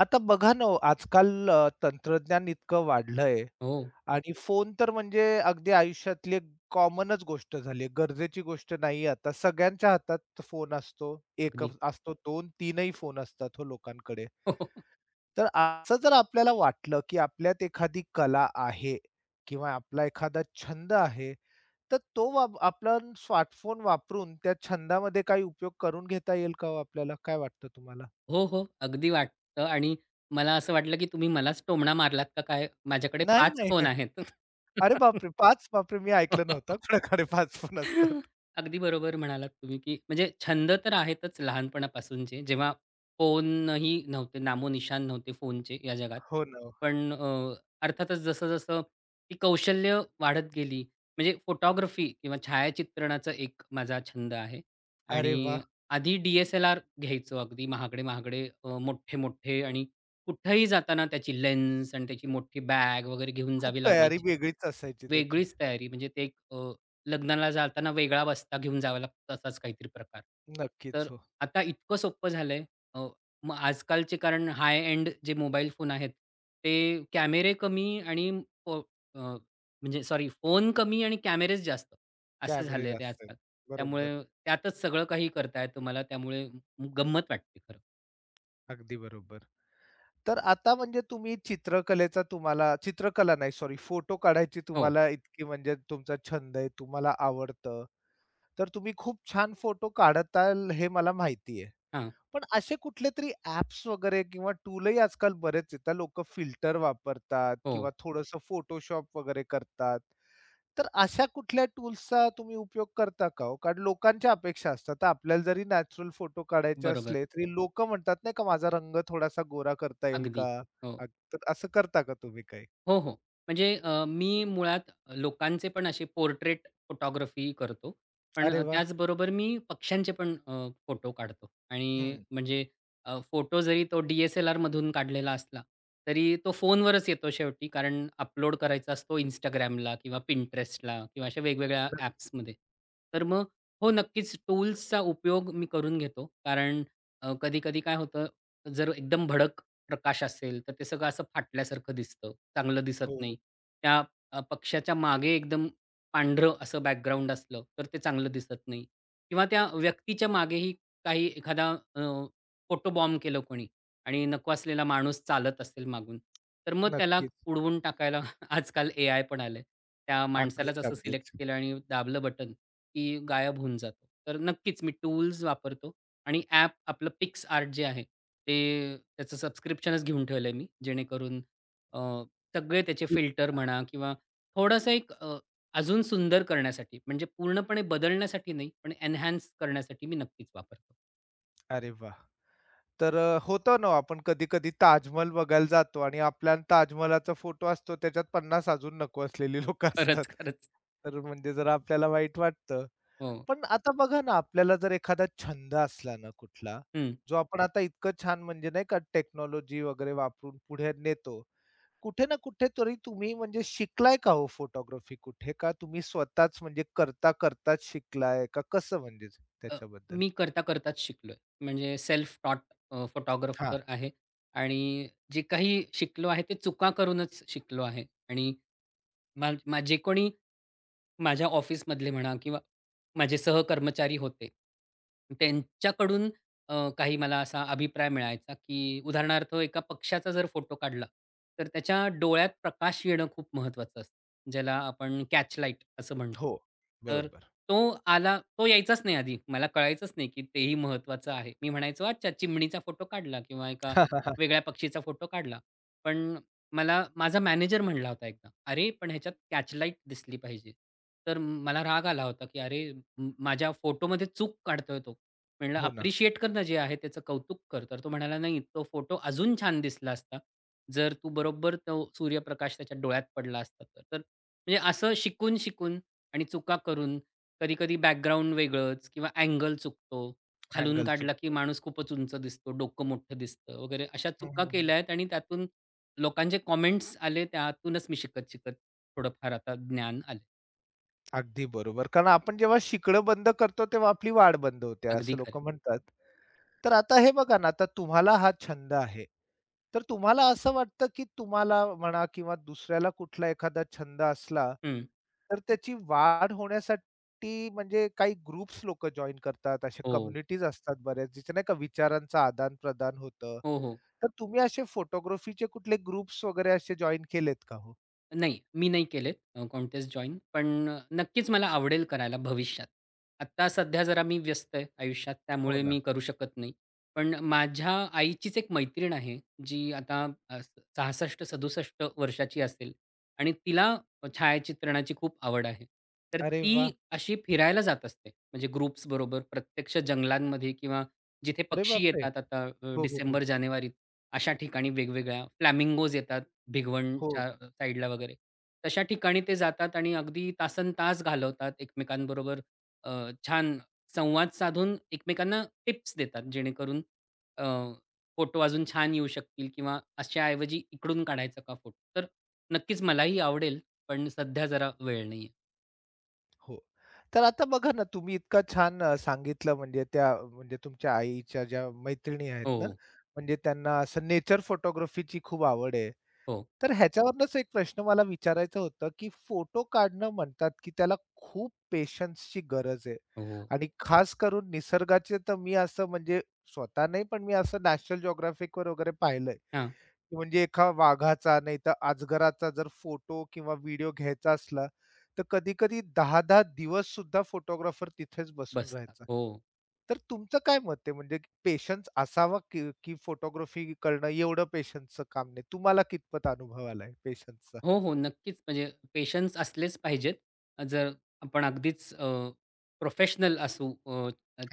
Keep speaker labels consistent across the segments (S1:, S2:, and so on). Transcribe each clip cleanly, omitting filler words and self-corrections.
S1: आता बघा ना हो, आजकाल तंत्रज्ञान इतकं वाढलंय
S2: हो,
S1: आणि फोन तर म्हणजे अगदी आयुष्यातली एक कॉमनच गोष्ट झाली आहे. गरजेची गोष्ट नाही आता. सगळ्यांच्या हातात फोन असतो. एक
S2: अगदी.
S1: असतो, 2-3ही फोन असतात हो लोकांकडे.
S2: हो, हो.
S1: तर असं जर आपल्याला वाटलं, की आपल्यात एखादी कला आहे किंवा आपला एखादा छंद आहे, तर तो वाप आपण स्मार्टफोन वापरून त्या छंदामध्ये काही उपयोग करून घेता येईल का हो आपल्याला? काय वाटतं तुम्हाला?
S2: हो, हो. अगदी वाटतं. आणि मला असं वाटलं, की तुम्ही मलाच टोमणा मारलात का काय? माझ्याकडे
S1: नाही,
S2: 5
S1: नाही.
S2: फोन आहेत.
S1: अरे बापरे! 5 बापरे! मी ऐकलं नव्हतं. कोणाकडे पाच पण असतात.
S2: अगदी बरोबर म्हणालात तुम्ही, की म्हणजे छंद तर आहेतच लहानपणापासूनचे. जेव्हा फोनही नव्हते, नामोनिशाण नव्हते फोनचे या जगात.
S1: हो ना.
S2: पण अर्थातच जसं-जसं ती कौशल्य वाढत गेली, म्हणजे फोटोग्राफी किंवा छायाचित्रणाचा एक माझा छंद आहे.
S1: अरे वाह!
S2: आणि आधी डी-एस-एल-आर घ्यायचो अगदी महागडे-महागडे मोठे-मोठे आणि कुठेही जाताना त्याची लेन्स आणि त्याची मोठी बॅग वगैरे घेऊन
S1: खूप
S2: जावी
S1: तयारी
S2: लागायची.
S1: वेगळीच असायची त्याची.
S2: वेगळीच तयारी म्हणजे ते एक लग्नाला जाताना वेगळा बस्ता घेऊन जावा लागतो असाच काहीतरी प्रकार.
S1: नक्कीच
S2: तर
S1: हो.
S2: आता इतकं सोपं झालंय. अ, मग आजकालचे कारण हाय एंड जे मोबाईल फोन आहेत, ते कॅमेरे कमी आणि फो अ, म्हणजे सॉरी फोन कमी आणि कॅमेरेच जास्त असं
S1: कॅमेरे
S2: झालंय ते
S1: जास्त आहेत.
S2: आजकाल.
S1: बरोबर.
S2: त्यामुळे त्यातच सगळं काही करता येतं, त्यामुळे गंमत वाटते खरं.
S1: अगदी बरोबर. तर आता म्हणजे तुम्ही चित्रकलेचा तुम्हाला चित्रकला नाही सॉरी फोटो काढायची
S2: हो.
S1: तुम्हाला इतकी म्हणजे तुमचा छंद आहे, तुम्हाला आवडतं. तर तुम्ही खूप छान फोटो काढताल हे मला माहिती आहे.
S2: हां.
S1: पण असे कुठलेतरी ॲप्स वगैरे किंवा टूलही आजकाल बरेच आहेत. लोकं फिल्टर वापरतात
S2: हो.
S1: किंवा थोडंसं फोटोशॉप वगैरे करतात. तर अशा कुठल्या टूल्सचा तुम्ही उपयोग करता का हो? कारण लोकांच्या अपेक्षा असतात. तर आपल्याला जरी नॅचरल फोटो काढायचे
S2: बरोबर.
S1: असले, तरी लोकं म्हणतात नाही का, माझा रंग थोडासा गोरा करता येईल
S2: अगदी.
S1: का?
S2: हो.
S1: अग तर असं करता का तुम्ही काही?
S2: हो, हो. म्हणजे मी मुळात लोकांचे पण असे पोर्ट्रेट फोटोग्राफी करतो. पण
S1: अरे वाह!
S2: त्याचबरोबर मी पक्ष्यांचे पण फोटो काढतो आणि
S1: हं.
S2: म्हणजे फोटो जरी तो डी-एस-एल-आरमधून काढलेला असला, तरी तो फोनवरच येतो शेवटी कारण अपलोड करायचा असतो Instagramला किंवा Pinterestला किंवा अशा वेगवेगळ्या ॲप्समध्ये. तर मग हो, नक्कीच टूल्सचा उपयोग मी करून घेतो. कारण कधी-कधी काय होतं, जर एकदम भडक प्रकाश असेल, तर ते सगळं असं फाटल्यासारखं दिसतं. चांगलं दिसत
S1: हो.
S2: नाही. त्या पक्ष्याच्या मागे एकदम पांढरं असं बॅकग्राऊंड असलं, तर ते चांगलं दिसत नाही. किंवा त्या व्यक्तीच्या मागेही काही एखादा अ, फोटोबॉम्ब केलं कोणी आणि नको असलेला माणूस चालत असेल मागून, तर मग त्याला
S1: नक्कीच.
S2: उडवून टाकायला आजकाल एआय पण आलंय. त्या
S1: अगदीच,
S2: माणसालाच असं सिलेक्ट
S1: अगदीच.
S2: केलं आणि दाबलं बटन, की गायब होऊन जातो. तर नक्कीच मी टूल्स वापरतो आणि ॲप आपलं PicsArt जे आहे, ते त्याचं सबस्क्रिप्शनच घेऊन ठेवलं आहे मी, जेणेकरून अ, सगळे त्याचे फिल्टर म्हणा किंवा थोडंसं एक अजून सुंदर करण्यासाठी, म्हणजे पूर्णपणे बदलण्यासाठी नाही, पण एन्हान्स करण्यासाठी मी नक्कीच वापरतो.
S1: अरे वाह! तर होतं ना, आपण कधी-कधी ताजमहल बघायला जातो आणि आपला आणि ताजमहलाचा फोटो असतो त्याच्यात 50 अजून नको असलेली लोकं असतात.
S2: खरंच, खरंच.
S1: तर म्हणजे जरा आपल्याला वाईट वाटतं.
S2: हो.
S1: पण आता बघा ना, आपल्याला जर एखादा छंद असला ना कुठला,
S2: हं.
S1: जो आपण आता इतकं छान म्हणजे नाही का टेक्नॉलॉजी वगैरे वापरून पुढे नेतो. कुठे ना कुठेतरी तुम्ही म्हणजे शिकलाय का हो फोटोग्राफी कुठे? का तुम्ही स्वतःच म्हणजे करता-करताच शिकलाय? का कसं म्हणजे
S2: अ,
S1: त्याच्याबद्दल?
S2: मी करता-करताच शिकलोय. म्हणजे सेल्फ टॉट
S1: हां.
S2: फोटोग्राफर आहे आणि जे काही शिकलो आहे, ते चुका करूनच शिकलो आहे. आणि मा मा जे कोणी माझ्या ऑफिसमधले म्हणा किंवा माझे सहकर्मचारी होते. त्यांच्याकडून काही मला असा अभिप्राय मिळायचा, की उदाहरणार्थ एका पक्षाचा जर फोटो काढला, तर त्याच्या डोळ्यात प्रकाश येणं खूप महत्त्वाचं असतं. ज्याला आपण कॅच लाईट असं म्हणतो.
S1: हो.
S2: तर
S1: बरोबर.
S2: तो आला, तो यायचाच नाही आधी. मला कळायचंच नाही, की तेही महत्त्वाचं आहे. मी म्हणायचो, "अच्छा, चिमणीचा फोटो काढला किंवा एका वेगळ्या पक्षीचा फोटो काढला." पण मला माझा मॅनेजर म्हणला होता एकदा, "अरे, पण ह्याच्यात कॅचलाईट दिसली पाहिजे." तर मला राग आला होता, की "अरे, माझ्या फोटोमध्ये चूक काढतोय तो." म्हणलं,
S1: हो ना.
S2: "अप्रिशिएट कर ना, जे आहे त्याचं कौतुक कर." तर तो म्हणाला, "नाही, तो फोटो अजून छान दिसला असता, जर तू बरोबर तो सूर्यप्रकाश त्याच्या डोळ्यात पडला असता तर." तर म्हणजे असं शिकून-शिकून आणि चुका करून कधी-कधी बॅकग्राऊंड वेगळंच किंवा अँगल चुकतो. खालून
S1: अँगल
S2: काढला, की
S1: चुकतो.
S2: माणूस खूपच उंच दिसतो, डोकं मोठं दिसतं वगैरे अशा
S1: हं,
S2: चुका
S1: हं, हं.
S2: केल्या आहेत आणि त्यातून लोकांचे कॉमेंट्स आले, त्यातूनच मी शिकत-शिकत थोडंफार आता ज्ञान आले.
S1: अगदी बरोबर. कारण आपण जेव्हा शिकणं बंद करतो, तेव्हा आपली वाढ बंद होते, असं
S2: अगदी खरं.
S1: लोकं म्हणतात. तर आता हे बघा ना, आता तुम्हाला हा छंद आहे. तर तुम्हाला असं वाटतं, की तुम्हाला म्हणा किंवा दुसऱ्याला कुठला एखादा छंद असला,
S2: हं.
S1: तर त्याची वाढ होण्यासाठी म्हणजे काही ग्रुप्स लोकं जॉइन करतात, अशा
S2: हो.
S1: कम्युनिटीज असतात बऱ्याच, जिथे नाही का विचारांचं आदान-प्रदान होतं.
S2: हो, हो.
S1: तर तुम्ही असे फोटोग्राफीचे कुठले ग्रुप्स वगैरे असे जॉइन केलेत का हो?
S2: नाही, मी नाही केलेत कोणतेच जॉइन. पण नक्कीच मला आवडेल करायला भविष्यात. आत्ता सध्या जरा मी व्यस्त आहे आयुष्यात,
S1: हो
S2: त्यामुळे
S1: ना.
S2: मी करू शकत नाही. पण माझ्या आईचीच एक मैत्रीण आहे, जी आता अ, सदुसष्ट 67 वर्षाची असेल आणि तिला छायाचित्रणाची खूप आवड आहे. तर
S1: अरे वाह!
S2: ती अशी फिरायला जात असते, म्हणजे ग्रुप्सबरोबर प्रत्यक्ष जंगलांमध्ये किंवा जिथे
S1: अरे
S2: पक्षी
S1: बापरे!
S2: येतात आता
S1: हो, हो, हो.
S2: डिसेंबर, जानेवारीत अशा ठिकाणी वेगवेगळ्या फ्लॅमिंगोज येतात
S1: हो,
S2: भिगवणच्या साईडला वगैरे. तशा ठिकाणी ते जातात आणि अगदी तासनतास घालवतात एकमेकांबरोबर. अ, छान संवाद साधून एकमेकांना टिप्स देतात जेणेकरून अ, फोटो अजून छान येऊ शकतील किंवा अशाऐवजी इकडून काढायचा का फोटो? तर नक्कीच मलाही आवडेल, पण सध्या जरा वेळ नाहीये.
S1: हो. तर आता बघा ना, तुम्ही इतका छान सांगितलं म्हणजे त्या म्हणजे तुमच्या आईच्या ज्या मैत्रिणी आहेत
S2: हो,
S1: ना, म्हणजे त्यांना असं नेचर फोटोग्राफीची खूप आवड आहे.
S2: हो,
S1: तर ह्याच्यावरूनच एक प्रश्न मला विचारायचं होतं, की फोटो काढणं म्हणतात, की त्याला खूप पेशन्सची गरज आहे
S2: हो.
S1: आणि खास करून निसर्गाचे तर मी असं म्हणजे स्वतः नाही, पण मी असं नॅशनल जिओग्राफिकवर वगैरे पाहिलंय.
S2: हां,
S1: म्हणजे एका वाघाचा नाहीतर अजगराचा जर फोटो किंवा व्हिडिओ घ्यायचा असला, तर कधी-कधी 10 दिवस सुद्धा फोटोग्राफर तिथेच बसून
S2: बसतात.
S1: राहायचा.
S2: हो.
S1: तर तुमचं काय मत आहे म्हणजे पेशन्स असावा की की फोटोग्राफी करणं एवढं पेशन्सचं काम नाही? तुम्हाला कितपत अनुभव आलाय पेशन्सचा?
S2: हो, हो. नक्कीच. म्हणजे पेशन्स असलेच पाहिजेत. जर आपण अगदीच प्रोफेशनल असू,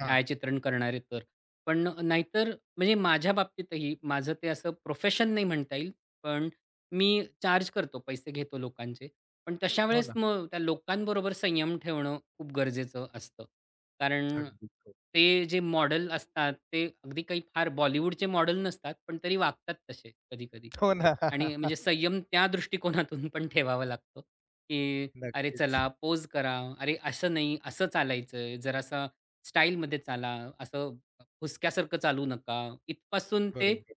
S1: हां.
S2: करणारे तर. पण नाहीतर म्हणजे माझ्या बाबतीतही माझं ते असं प्रोफेशन नाही म्हणता येईल. पण मी चार्ज करतो, पैसे घेतो लोकांचे. पण तशा
S1: हो
S2: वेळेस
S1: ना.
S2: मग त्या लोकांबरोबर संयम ठेवणं खूप गरजेचं असतं. कारण
S1: अगदी हो.
S2: ते जे मॉडेल असतात, ते अगदी काही फार बॉलिवूडचे मॉडेल नसतात, पण तरी वागतात तसे कधी-कधी.
S1: हो ना.
S2: आणि म्हणजे संयम त्या दृष्टिकोनातून पण ठेवावा लागतो, की "अरे
S1: नक्कीच.
S2: चला, पोज करा. अरे असं नाही, असं चालायचंय. जरासा स्टाईलमध्ये चाला. असं हुसक्यासारखं चालू नका." इथपासून ते
S1: बरोबर.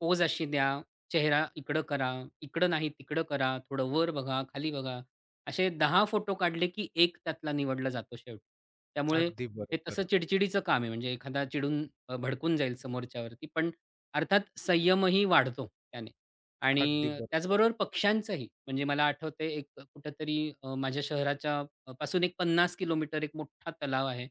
S2: पोज अशी द्या, चेहरा इकडं करा, इकडं नाही तिकडं करा, थोडं वर बघा, खाली बघा. असे 10 फोटो काढले की एक त्यातला निवडला जातो शेवटी. त्यामुळे
S1: अगदी
S2: हे तसं
S1: बरोबर.
S2: चिडचिडीचं काम आहे. म्हणजे एखादा चिडून भडकून जाईल समोरच्यावरती. पण अर्थात संयमही वाढतो त्याने.
S1: अगदी
S2: आणि
S1: बरोबर.
S2: त्याचबरोबर पक्ष्यांचंही. म्हणजे मला आठवतंय एक कुठेतरी माझ्या शहराच्या पासून एक 50 किलोमीटर एक मोठा तलाव आहे.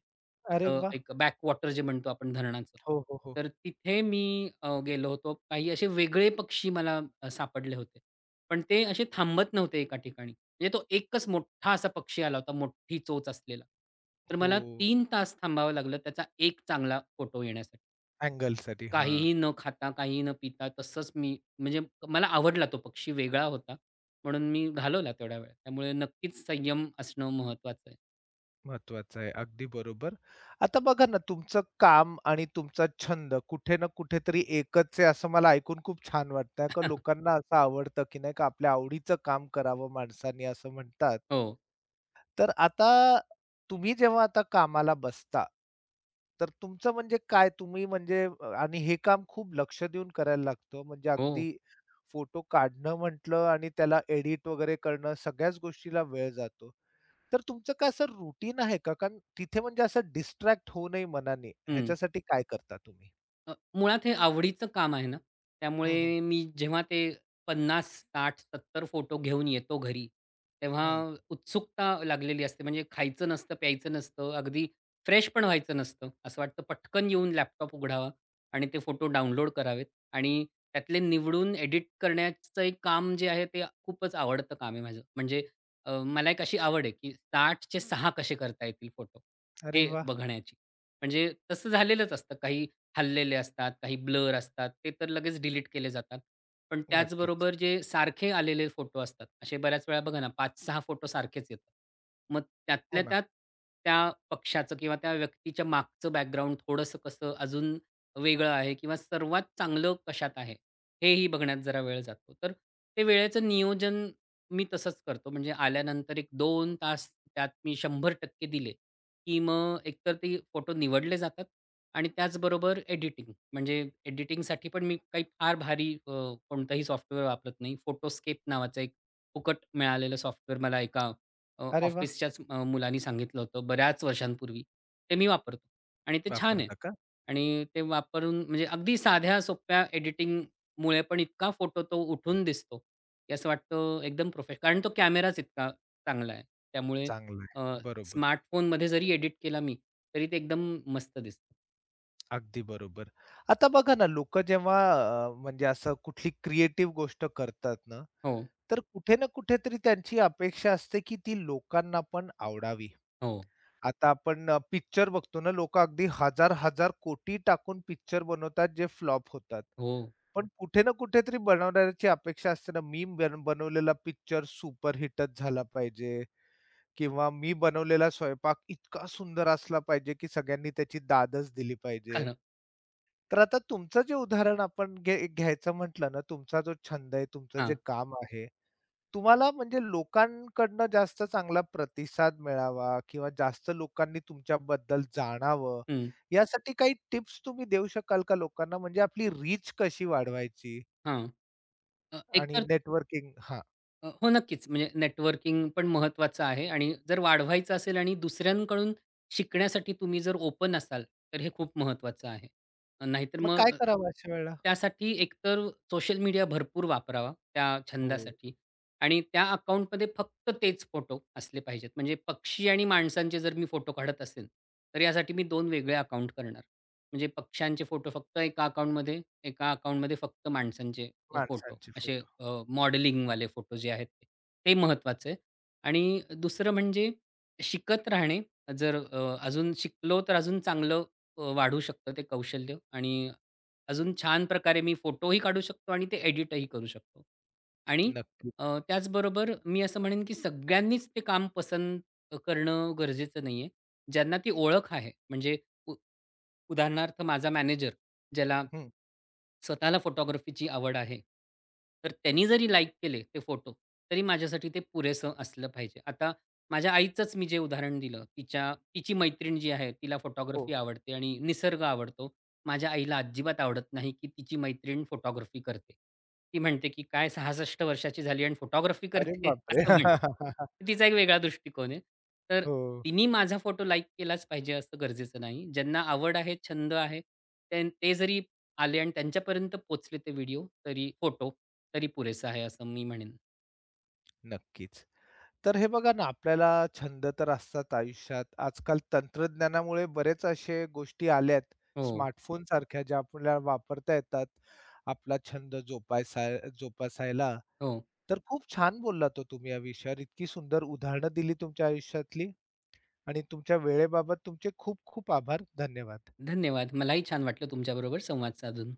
S1: अरे
S2: असं
S1: वाह!
S2: एक बॅकवॉटर जे म्हणतो आपण धरणाचं.
S1: हो, हो, हो.
S2: तर तिथे मी गेलो होतो. काही असे वेगळे पक्षी मला सापडले होते. पण ते असे थांबत नव्हते एका ठिकाणी. म्हणजे तो एकच मोठा असा पक्षी आला होता, मोठी चोच असलेला. तर
S1: हो.
S2: मला 3 तास थांबावं लागलं त्याचा एक चांगला फोटो येण्यासाठी.
S1: अँगलसाठी. हां.
S2: काहीही न खाता, काहीही न पिता तसंच मी, म्हणजे मला आवडला तो पक्षी, वेगळा होता. म्हणून मी घालवला तेवढा वेळ. त्यामुळे नक्कीच संयम असणं महत्त्वाचं आहे.
S1: महत्वाचं आहे. अगदी बरोबर. आता बघा ना, तुमचं काम आणि तुमचा छंद कुठे ना कुठेतरी एकच आहे, असं मला ऐकून खूप छान वाटतंय. का लोकांना असं आवडतं, की नाही का आपल्या आवडीचं काम करावं माणसाने असं म्हणतात.
S2: हो.
S1: तर आता तुम्ही जेव्हा आता कामाला बसता, तर तुमचं म्हणजे काय? तुम्ही म्हणजे आणि हे काम खूप लक्ष देऊन करायला लागतं. म्हणजे
S2: हो.
S1: अगदी फोटो काढणं म्हटलं आणि त्याला एडिट वगैरे करणं, सगळ्याच गोष्टीला वेळ जातो. तर तुमचं काय असं रुटीन आहे का? कारण तिथे म्हणजे असं डिस्ट्रॅक्ट होऊ नये मनाने, ह्याच्यासाठी काय करता तुम्ही?
S2: अ, मुळात हे आवडीचं काम आहे ना,
S1: हं, हं,
S2: त्यामुळे मी जेव्हा ते 50, 60, 70 फोटो घेऊन येतो घरी, तेव्हा
S1: हं.
S2: उत्सुकता लागलेली असते. म्हणजे खायचं नसतं, प्यायचं नसतं, अगदी फ्रेश पण व्हायचं नसतं. असं वाटतं पटकन येऊन लॅपटॉप उघडावा आणि ते फोटो डाउनलोड करावेत आणि त्यातले निवडून एडिट करण्याचं एक काम जे आहे ते खूपच आवडतं काम आहे माझं. म्हणजे मला एक अशी आवड आहे, की 60चे 6 कसे करता येतील फोटो
S1: अरे
S2: हे
S1: वा,
S2: बघण्याची. म्हणजे तसं झालेलंच असतं. काही हललेले असतात, काही ब्लर असतात, ते तर लगेच डिलीट केले जातात. पण
S1: नक्कीच.
S2: त्याचबरोबर जे सारखे आलेले फोटो असतात, असे बऱ्याच वेळा बघा ना, 5-6 फोटो सारखेच येतात. मग
S1: हो
S2: त्यातल्या
S1: ना.
S2: त्यात त्या पक्षाचं किंवा त्या व्यक्तीच्या मागचं बॅकग्राऊंड थोडंसं कसं अजून वेगळं आहे किंवा सर्वात चांगलं कशात आहे, हेही बघण्यात जरा वेळ जातो. तर ते वेळेचं नियोजन मी तसंच करतो. म्हणजे आल्यानंतर एक दोन तास त्यात मी 100% दिले, की मग एकतर ते फोटो निवडले जातात आणि त्याचबरोबर एडिटिंग, म्हणजे एडिटिंगसाठी पण मी काही फार भारी कोणतंही सॉफ्टवेअर वापरत नाही. फोटोस्केप नावाचं एक फुकट मिळालेलं सॉफ्टवेअर मला एका
S1: अरे वा
S2: ऑफिसच्याच मुलानी सांगितलं होतं बऱ्याच वर्षांपूर्वी. ते मी वापरतो आणि ते छान आहे.
S1: वापरता का?
S2: आणि ते वापरून म्हणजे अगदी साध्या सोप्या एडिटिंगमुळे पण इतका फोटो तो उठून दिसतो, की असं वाटतं एकदम प्रोफे, कारण तो कॅमेराच इतका चांगला आहे. त्यामुळे
S1: चांगलं आहे. बरोबर.
S2: स्मार्टफोनमध्ये जरी एडिट केला मी, तरी ते एकदम मस्त दिसतं.
S1: अगदी बरोबर. आता बघा ना, लोकं जेव्हा म्हणजे असं कुठली क्रिएटिव्ह गोष्ट करतात ना,
S2: हो,
S1: तर कुठे ना कुठेतरी त्यांची अपेक्षा असते, की ती लोकांना पण आवडावी.
S2: हो,
S1: आता आपण पिक्चर बघतो ना, लोकं अगदी हजार-हजार कोटी टाकून पिक्चर बनवतात, जे फ्लॉप होतात.
S2: हो.
S1: पण कुठे ना कुठेतरी बनवणाऱ्याची अपेक्षा असते ना, मी बन बनवलेला पिक्चर सुपरहिटच झाला पाहिजे किंवा मी बनवलेला स्वयंपाक इतका सुंदर असला पाहिजे, की सगळ्यांनी त्याची दादच दिली पाहिजे.
S2: खरं.
S1: तर आता तुमचं जे उदाहरण आपण घे घ्यायचं म्हटलं ना, तुमचा जो छंद आहे, तुमचं जे
S2: हां.
S1: काम आहे, तुम्हाला म्हणजे लोकांकडनं जास्त चांगला प्रतिसाद मिळावा किंवा जास्त लोकांनी तुमच्याबद्दल जाणावं,
S2: हं.
S1: यासाठी काही टिप्स तुम्ही देऊ शकाल का लोकांना? म्हणजे आपली रीच कशी वाढवायची?
S2: हां. अ, एक
S1: आणि नेटवर्किंग हां.
S2: हो, नक्कीच. म्हणजे नेटवर्किंग पण महत्त्वाचं आहे आणि जर वाढवायचं असेल आणि दुसऱ्यांकडून शिकण्यासाठी तुम्ही जर ओपन असाल, तर हे खूप महत्त्वाचं आहे. अ, नाहीतर
S1: मग काय
S2: मग अ,
S1: करावं अशा वेळेला?
S2: त्यासाठी एकतर सोशल मीडिया भरपूर वापरावा त्या
S1: हो,
S2: छंदासाठी आणि त्या अकाउंटमध्ये फक्त तेच फोटो असले पाहिजेत. म्हणजे पक्षी आणि माणसांचे जर मी फोटो काढत असेल, तर यासाठी मी 2 वेगळे अकाउंट करणार. म्हणजे पक्ष्यांचे फोटो फक्त एका अकाउंटमध्ये, एका अकाउंटमध्ये फक्त माणसांचे. फोटो
S1: माणसांचे
S2: असे
S1: फोटो.
S2: मॉडेलिंगवाले फोटो जे आहेत ते. ते महत्त्वाचं आहे आणि दुसरं म्हणजे शिकत राहणे. जर अजून शिकलो तर अजून चांगलं वाढू शकतं ते कौशल्य आणि अजून छान प्रकारे मी फोटोही काढू शकतो आणि ते एडिटही करू शकतो. आणि
S1: नक्कीच.
S2: त्याचबरोबर मी असं म्हणेन की सगळ्यांनीच ते काम पसंत करणं गरजेचं नाहीये. ज्यांना ती ओळख आहे म्हणजे उ उदाहरणार्थ माझा मॅनेजर ज्याला
S1: हं.
S2: स्वतःला फोटोग्राफीची आवड आहे. तर त्यांनी जरी लाइक केले ते फोटो, तरी माझ्यासाठी ते पुरेसं असलं पाहिजे. आता माझ्या आईचंच मी जे उदाहरण दिलं, तिची मैत्रीण जी आहे, तिला
S1: हो,
S2: फोटोग्राफी
S1: हो.
S2: आवडते आणि निसर्ग आवडतो. माझ्या आईला अजिबात आवडत नाही, की तिची मैत्रीण फोटोग्राफी करते. ती म्हणते, की "काय 66 वर्षाची झाली आणि फोटोग्राफी
S1: अरे
S2: करते?"
S1: बापरे!
S2: असं म्हणते. तिचा एक वेगळा दृष्टिकोन आहे. तर
S1: हो,
S2: तिनी माझा फोटो लाइक केलाच पाहिजे असं गरजेचं नाही. ज्यांना आवड आहे, छंद आहे, ते जरी आले आणि त्यांच्यापर्यंत पोहोचले, ते व्हिडिओ तरी, फोटो तरी पुरेसा आहे असं मी म्हणेन.
S1: नक्कीच. तर हे बघा ना, आपल्याला छंद तर असतात आयुष्यात. आजकाल तंत्रज्ञानामुळे बरेच असे गोष्टी आल्या आहेत,
S2: हो,
S1: स्मार्टफोनसारख्या ज्या आपल्याला वापरता येतात, आपला छंद जोपासायला.
S2: हो.
S1: तर खूप छान बोललात हो तुम्ही या विषयावर. इतकी सुंदर उदाहरणं दिली तुमच्या आयुष्यातली आणि तुमच्या वेळेबाबत तुमचे खूप खूप आभार. धन्यवाद.
S2: धन्यवाद. मलाही छान वाटलं तुमच्याबरोबर संवाद साधून.